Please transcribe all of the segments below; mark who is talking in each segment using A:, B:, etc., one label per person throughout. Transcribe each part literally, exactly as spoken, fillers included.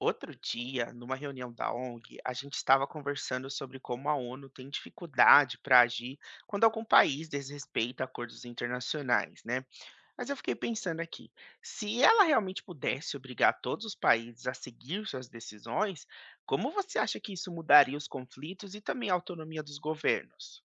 A: Outro dia, numa reunião da ONG, a gente estava conversando sobre como a ONU tem dificuldade para agir quando algum país desrespeita acordos internacionais, né? Mas eu fiquei pensando aqui, se ela realmente pudesse obrigar todos os países a seguir suas decisões, como você acha que isso mudaria os conflitos e também a autonomia dos governos?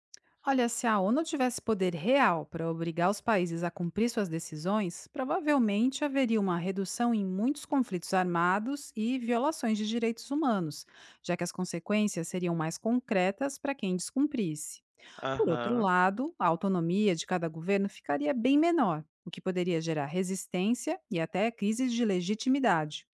B: Olha, se a ONU tivesse poder real para obrigar os países a cumprir suas decisões, provavelmente haveria uma redução em muitos conflitos armados e violações de direitos humanos, já que as consequências seriam mais concretas para quem descumprisse. Por outro
A: Aham,
B: lado, a autonomia de cada governo ficaria bem menor, o que poderia gerar resistência e até crises de legitimidade.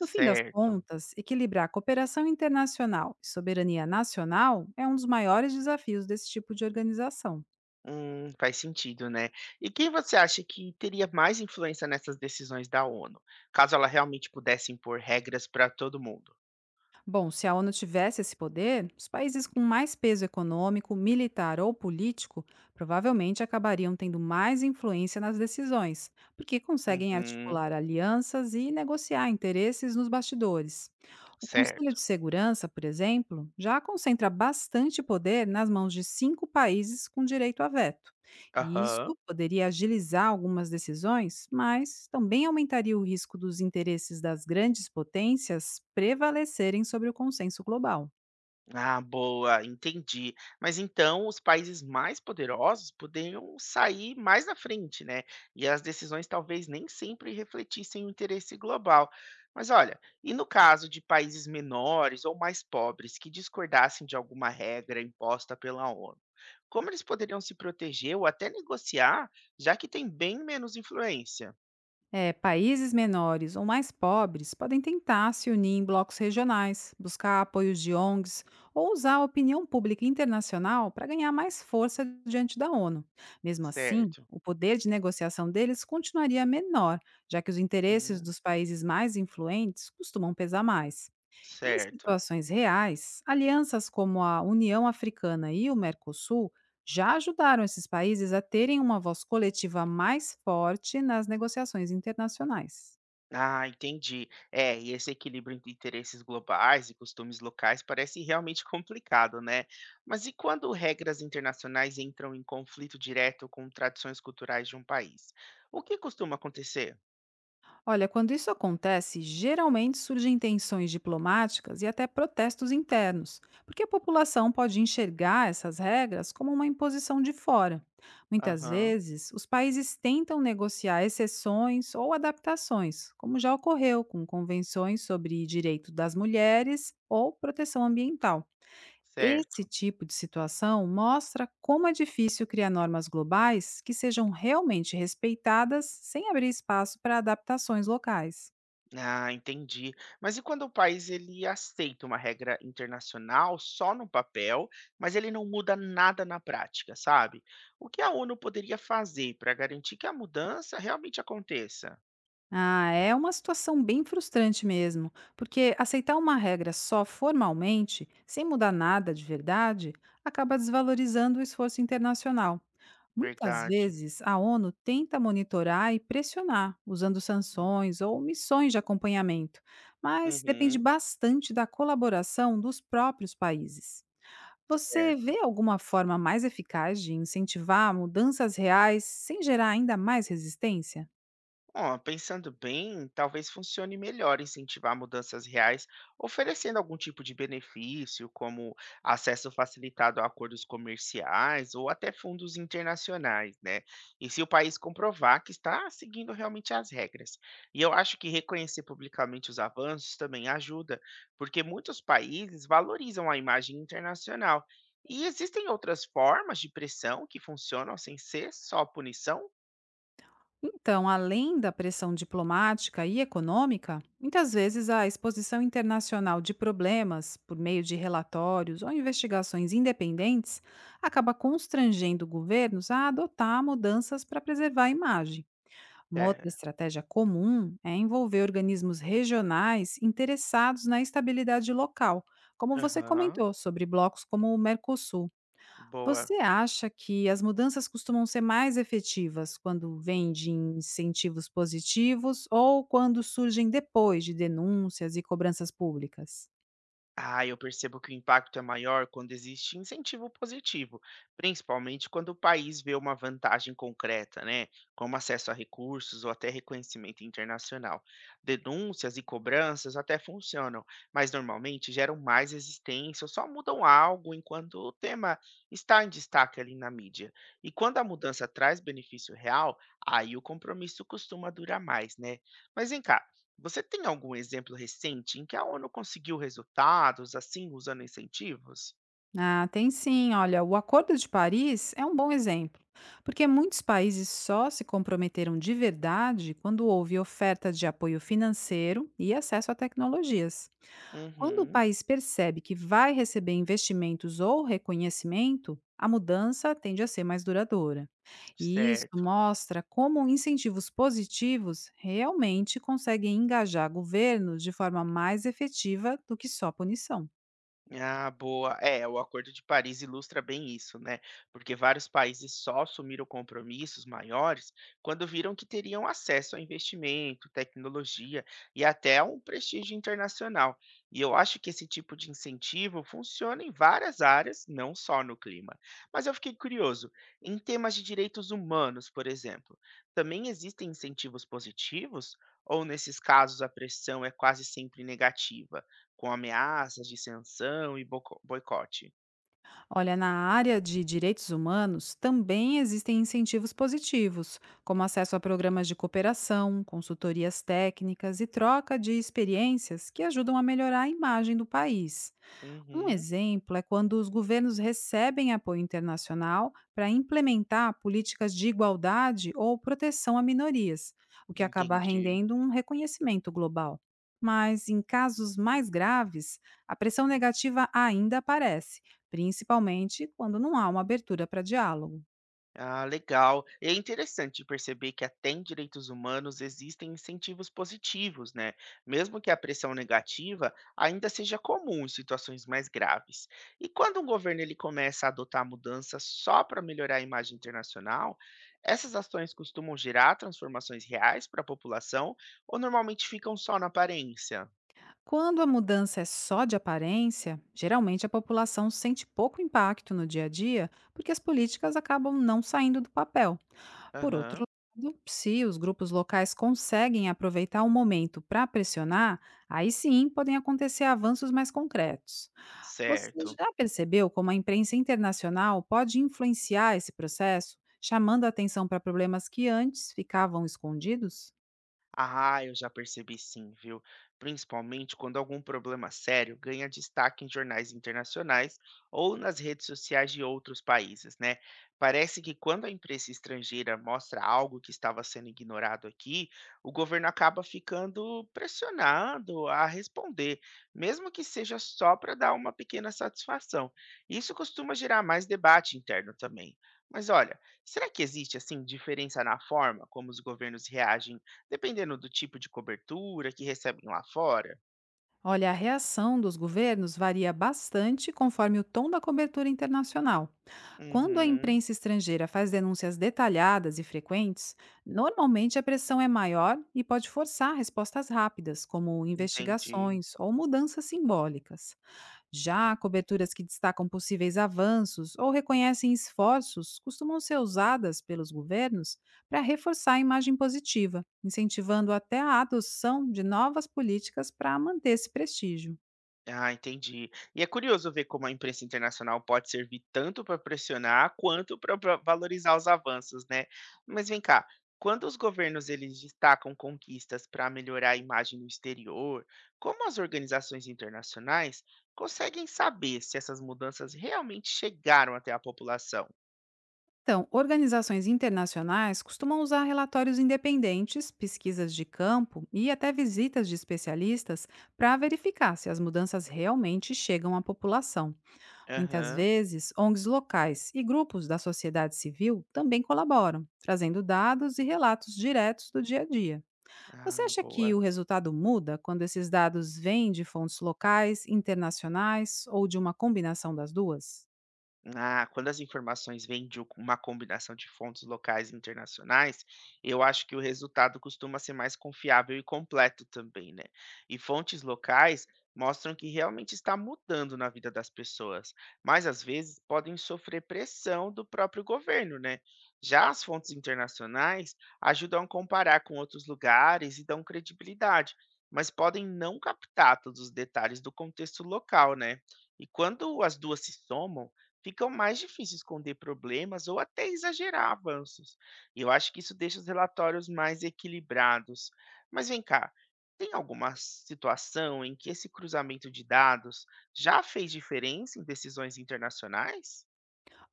B: No fim das contas, equilibrar cooperação internacional e soberania nacional é um dos maiores desafios desse tipo de organização.
A: Hum, faz sentido, né? E quem você acha que teria mais influência nessas decisões da ONU, caso ela realmente pudesse impor regras para todo mundo?
B: Bom, se a ONU tivesse esse poder, os países com mais peso econômico, militar ou político provavelmente acabariam tendo mais influência nas decisões, porque conseguem
A: Uhum,
B: articular alianças e negociar interesses nos bastidores. O Conselho de
A: certo.
B: Segurança, por exemplo, já concentra bastante poder nas mãos de cinco países com direito a veto. E isso
A: Aham.
B: poderia agilizar algumas decisões, mas também aumentaria o risco dos interesses das grandes potências prevalecerem sobre o consenso global.
A: Ah, boa, entendi. Mas então os países mais poderosos poderiam sair mais na frente, né? E as decisões talvez nem sempre refletissem o interesse global. Mas olha, e no caso de países menores ou mais pobres que discordassem de alguma regra imposta pela ONU, como eles poderiam se proteger ou até negociar, já que têm bem menos influência?
B: É, países menores ou mais pobres podem tentar se unir em blocos regionais, buscar apoios de ONGs ou usar a opinião pública internacional para ganhar mais força diante da ONU. Mesmo assim,
A: Certo.
B: o poder de negociação deles continuaria menor, já que os interesses
A: Hum,
B: dos países mais influentes costumam pesar mais. Em
A: certo.
B: situações reais, alianças como a União Africana e o Mercosul já ajudaram esses países a terem uma voz coletiva mais forte nas negociações internacionais.
A: Ah, entendi. É, e esse equilíbrio entre interesses globais e costumes locais parece realmente complicado, né? Mas e quando regras internacionais entram em conflito direto com tradições culturais de um país? O que costuma acontecer?
B: Olha, quando isso acontece, geralmente surgem tensões diplomáticas e até protestos internos, porque a população pode enxergar essas regras como uma imposição de fora. Muitas
A: Aham,
B: vezes, os países tentam negociar exceções ou adaptações, como já ocorreu com convenções sobre direito das mulheres ou proteção ambiental. Esse
A: certo.
B: tipo de situação mostra como é difícil criar normas globais que sejam realmente respeitadas sem abrir espaço para adaptações locais.
A: Ah, entendi. Mas e quando o país ele aceita uma regra internacional só no papel, mas ele não muda nada na prática, sabe? O que a ONU poderia fazer para garantir que a mudança realmente aconteça?
B: Ah, é uma situação bem frustrante mesmo, porque aceitar uma regra só formalmente, sem mudar nada de verdade, acaba desvalorizando o esforço internacional. Muitas
A: Verdade.
B: vezes, a ONU tenta monitorar e pressionar, usando
A: Hum,
B: sanções ou missões de acompanhamento, mas depende
A: uhum,
B: bastante da colaboração dos próprios países. Você
A: certo.
B: vê alguma forma mais eficaz de incentivar mudanças reais sem gerar ainda mais resistência?
A: Ó, pensando bem, talvez funcione melhor incentivar mudanças reais, oferecendo algum tipo de benefício, como acesso facilitado a acordos comerciais ou até fundos internacionais, né? E se o país comprovar que está seguindo realmente as regras. E eu acho que reconhecer publicamente os avanços também ajuda, porque muitos países valorizam a imagem internacional. E existem outras formas de pressão que funcionam sem ser só punição?
B: Então, além da pressão diplomática e econômica, muitas vezes a exposição internacional de problemas, por meio de relatórios ou investigações independentes, acaba constrangendo governos a adotar mudanças para preservar a imagem. Uma outra
A: É,
B: estratégia comum é envolver organismos regionais interessados na estabilidade local, como você
A: aham,
B: comentou sobre blocos como o Mercosul.
A: boa.
B: Você acha que as mudanças costumam ser mais efetivas quando vêm de incentivos positivos ou quando surgem depois de denúncias e cobranças públicas?
A: Ah, eu percebo que o impacto é maior quando existe incentivo positivo, principalmente quando o país vê uma vantagem concreta, né? Como acesso a recursos ou até reconhecimento internacional. Denúncias e cobranças até funcionam, mas normalmente geram mais resistência ou só mudam algo enquanto o tema está em destaque ali na mídia. E quando a mudança traz benefício real, aí o compromisso costuma durar mais, né? Mas vem cá. Você tem algum exemplo recente em que a ONU conseguiu resultados, assim, usando incentivos?
B: Ah, tem sim. Olha, o Acordo de Paris é um bom exemplo, porque muitos países só se comprometeram de verdade quando houve oferta de apoio financeiro e acesso a tecnologias. Quando o
A: Uhum,
B: país percebe que vai receber investimentos ou reconhecimento, a mudança tende a ser mais duradoura. E isso
A: certo.
B: mostra como incentivos positivos realmente conseguem engajar governos de forma mais efetiva do que só punição.
A: Ah, boa. É, o Acordo de Paris ilustra bem isso, né? Porque vários países só assumiram compromissos maiores quando viram que teriam acesso a investimento, tecnologia e até a um prestígio internacional. E eu acho que esse tipo de incentivo funciona em várias áreas, não só no clima. Mas eu fiquei curioso, em temas de direitos humanos, por exemplo, também existem incentivos positivos? Ou nesses casos a pressão é quase sempre negativa? Com ameaças de sanção e boco boicote.
B: Olha, na área de direitos humanos também existem incentivos positivos, como acesso a programas de cooperação, consultorias técnicas e troca de experiências que ajudam a melhorar a imagem do país. Um
A: Uhum,
B: exemplo é quando os governos recebem apoio internacional para implementar políticas de igualdade ou proteção a minorias, o que acaba
A: entendi.
B: rendendo um reconhecimento global. Mas, em casos mais graves, a pressão negativa ainda aparece, principalmente quando não há uma abertura para diálogo.
A: Ah, legal. É interessante perceber que até em direitos humanos existem incentivos positivos, né? Mesmo que a pressão negativa ainda seja comum em situações mais graves. E quando um governo ele começa a adotar mudanças só para melhorar a imagem internacional, essas ações costumam gerar transformações reais para a população ou normalmente ficam só na aparência?
B: Quando a mudança é só de aparência, geralmente a população sente pouco impacto no dia a dia porque as políticas acabam não saindo do papel. Por outro
A: Aham,
B: lado, se os grupos locais conseguem aproveitar o momento para pressionar, aí sim podem acontecer avanços mais concretos. Você
A: certo.
B: já percebeu como a imprensa internacional pode influenciar esse processo, chamando a atenção para problemas que antes ficavam escondidos?
A: Ah, eu já percebi sim, viu? Principalmente quando algum problema sério ganha destaque em jornais internacionais ou nas redes sociais de outros países, né? Parece que quando a imprensa estrangeira mostra algo que estava sendo ignorado aqui, o governo acaba ficando pressionado a responder, mesmo que seja só para dar uma pequena satisfação. Isso costuma gerar mais debate interno também. Mas olha, será que existe assim diferença na forma como os governos reagem? Dependendo do tipo de cobertura que recebem lá fora?
B: Olha, a reação dos governos varia bastante conforme o tom da cobertura internacional. Quando a
A: Uhum,
B: imprensa estrangeira faz denúncias detalhadas e frequentes, normalmente a pressão é maior e pode forçar respostas rápidas, como
A: entendi.
B: investigações ou mudanças simbólicas. Já coberturas que destacam possíveis avanços ou reconhecem esforços costumam ser usadas pelos governos para reforçar a imagem positiva, incentivando até a adoção de novas políticas para manter esse prestígio.
A: Ah, entendi. E é curioso ver como a imprensa internacional pode servir tanto para pressionar quanto para valorizar os avanços, né? Mas vem cá, quando os governos eles destacam conquistas para melhorar a imagem no exterior, como as organizações internacionais conseguem saber se essas mudanças realmente chegaram até a população?
B: Então, organizações internacionais costumam usar relatórios independentes, pesquisas de campo e até visitas de especialistas para verificar se as mudanças realmente chegam à população. Muitas
A: Aham.
B: vezes, ONGs locais e grupos da sociedade civil também colaboram, trazendo dados e relatos diretos do dia a dia. Você
A: Ah,
B: acha que
A: boa.
B: o resultado muda quando esses dados vêm de fontes locais, internacionais ou de uma combinação das duas?
A: Ah, quando as informações vêm de uma combinação de fontes locais e internacionais, eu acho que o resultado costuma ser mais confiável e completo também, né? E fontes locais mostram que realmente está mudando na vida das pessoas, mas às vezes podem sofrer pressão do próprio governo, né? Já as fontes internacionais ajudam a comparar com outros lugares e dão credibilidade, mas podem não captar todos os detalhes do contexto local, né? E quando as duas se somam, ficam mais difíceis esconder problemas ou até exagerar avanços. E eu acho que isso deixa os relatórios mais equilibrados. Mas vem cá, tem alguma situação em que esse cruzamento de dados já fez diferença em decisões internacionais?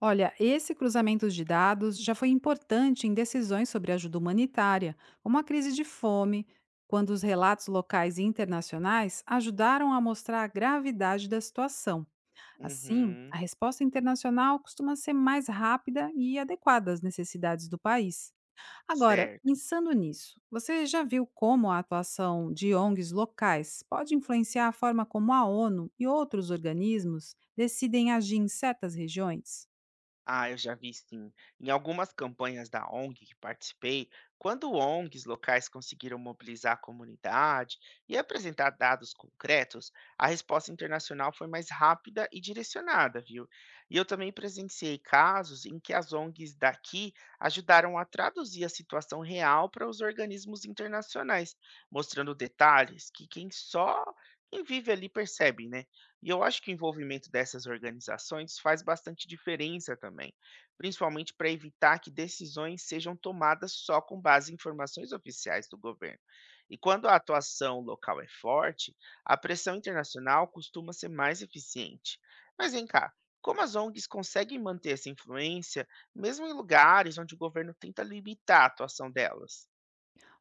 B: Olha, esse cruzamento de dados já foi importante em decisões sobre ajuda humanitária, como a crise de fome, quando os relatos locais e internacionais ajudaram a mostrar a gravidade da situação. Assim,
A: Uhum,
B: a resposta internacional costuma ser mais rápida e adequada às necessidades do país. Agora,
A: certo.
B: pensando nisso, você já viu como a atuação de ONGs locais pode influenciar a forma como a ONU e outros organismos decidem agir em certas regiões?
A: Ah, eu já vi sim. Em algumas campanhas da ONG que participei, quando ONGs locais conseguiram mobilizar a comunidade e apresentar dados concretos, a resposta internacional foi mais rápida e direcionada, viu? E eu também presenciei casos em que as ONGs daqui ajudaram a traduzir a situação real para os organismos internacionais, mostrando detalhes que quem só quem vive ali percebe, né? E eu acho que o envolvimento dessas organizações faz bastante diferença também, principalmente para evitar que decisões sejam tomadas só com base em informações oficiais do governo. E quando a atuação local é forte, a pressão internacional costuma ser mais eficiente. Mas vem cá, como as ONGs conseguem manter essa influência, mesmo em lugares onde o governo tenta limitar a atuação delas?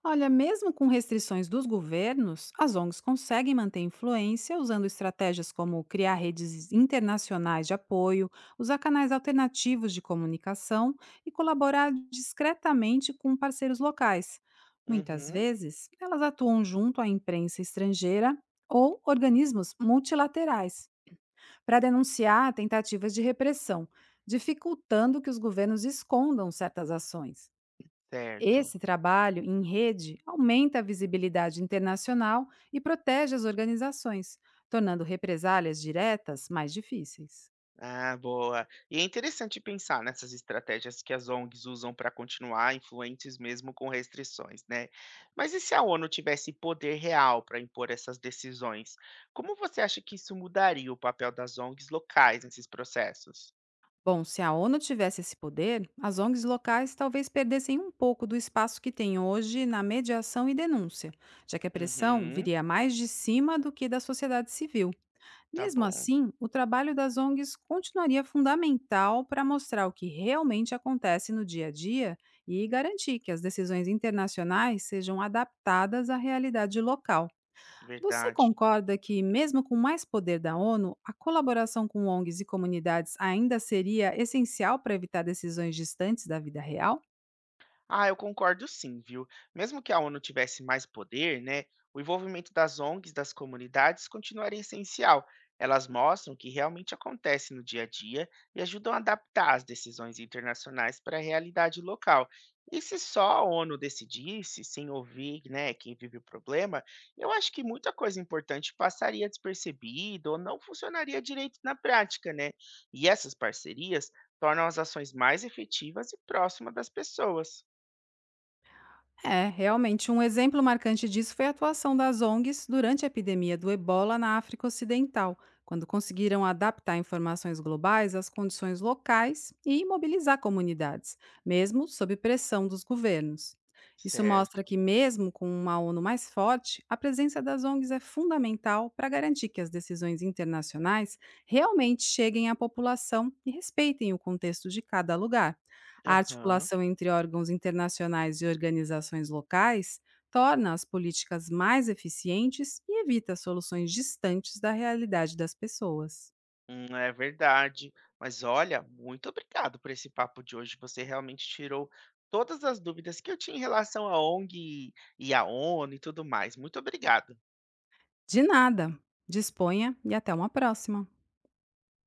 B: Olha, mesmo com restrições dos governos, as ONGs conseguem manter influência usando estratégias como criar redes internacionais de apoio, usar canais alternativos de comunicação e colaborar discretamente com parceiros locais. Muitas
A: Uhum,
B: vezes, elas atuam junto à imprensa estrangeira ou organismos multilaterais para denunciar tentativas de repressão, dificultando que os governos escondam certas ações.
A: certo.
B: Esse trabalho em rede aumenta a visibilidade internacional e protege as organizações, tornando represálias diretas mais difíceis.
A: Ah, boa. E é interessante pensar nessas estratégias que as ONGs usam para continuar influentes mesmo com restrições, né? Mas e se a ONU tivesse poder real para impor essas decisões? Como você acha que isso mudaria o papel das ONGs locais nesses processos?
B: Bom, se a ONU tivesse esse poder, as ONGs locais talvez perdessem um pouco do espaço que têm hoje na mediação e denúncia, já que a pressão
A: Uhum,
B: viria mais de cima do que da sociedade civil.
A: tá
B: Mesmo
A: bom,
B: assim, o trabalho das ONGs continuaria fundamental para mostrar o que realmente acontece no dia a dia e garantir que as decisões internacionais sejam adaptadas à realidade local. Você
A: verdade.
B: concorda que, mesmo com mais poder da ONU, a colaboração com ONGs e comunidades ainda seria essencial para evitar decisões distantes da vida real?
A: Ah, eu concordo sim, viu? Mesmo que a ONU tivesse mais poder, né, o envolvimento das ONGs, das comunidades, continuaria essencial. Elas mostram o que realmente acontece no dia a dia e ajudam a adaptar as decisões internacionais para a realidade local. E se só a ONU decidisse, sem ouvir, né, quem vive o problema, eu acho que muita coisa importante passaria despercebida ou não funcionaria direito na prática, né? E essas parcerias tornam as ações mais efetivas e próximas das pessoas.
B: É, realmente, um exemplo marcante disso foi a atuação das ONGs durante a epidemia do ebola na África Ocidental, quando conseguiram adaptar informações globais às condições locais e mobilizar comunidades, mesmo sob pressão dos governos. Isso mostra
A: Certo.
B: que, mesmo com uma ONU mais forte, a presença das ONGs é fundamental para garantir que as decisões internacionais realmente cheguem à população e respeitem o contexto de cada lugar. A
A: Aham.
B: articulação entre órgãos internacionais e organizações locais torna as políticas mais eficientes e evita soluções distantes da realidade das pessoas.
A: Hum, é verdade. Mas olha, muito obrigado por esse papo de hoje. Você realmente tirou todas as dúvidas que eu tinha em relação à ONG e à ONU e tudo mais. Muito obrigado.
B: De nada! Disponha e até uma próxima!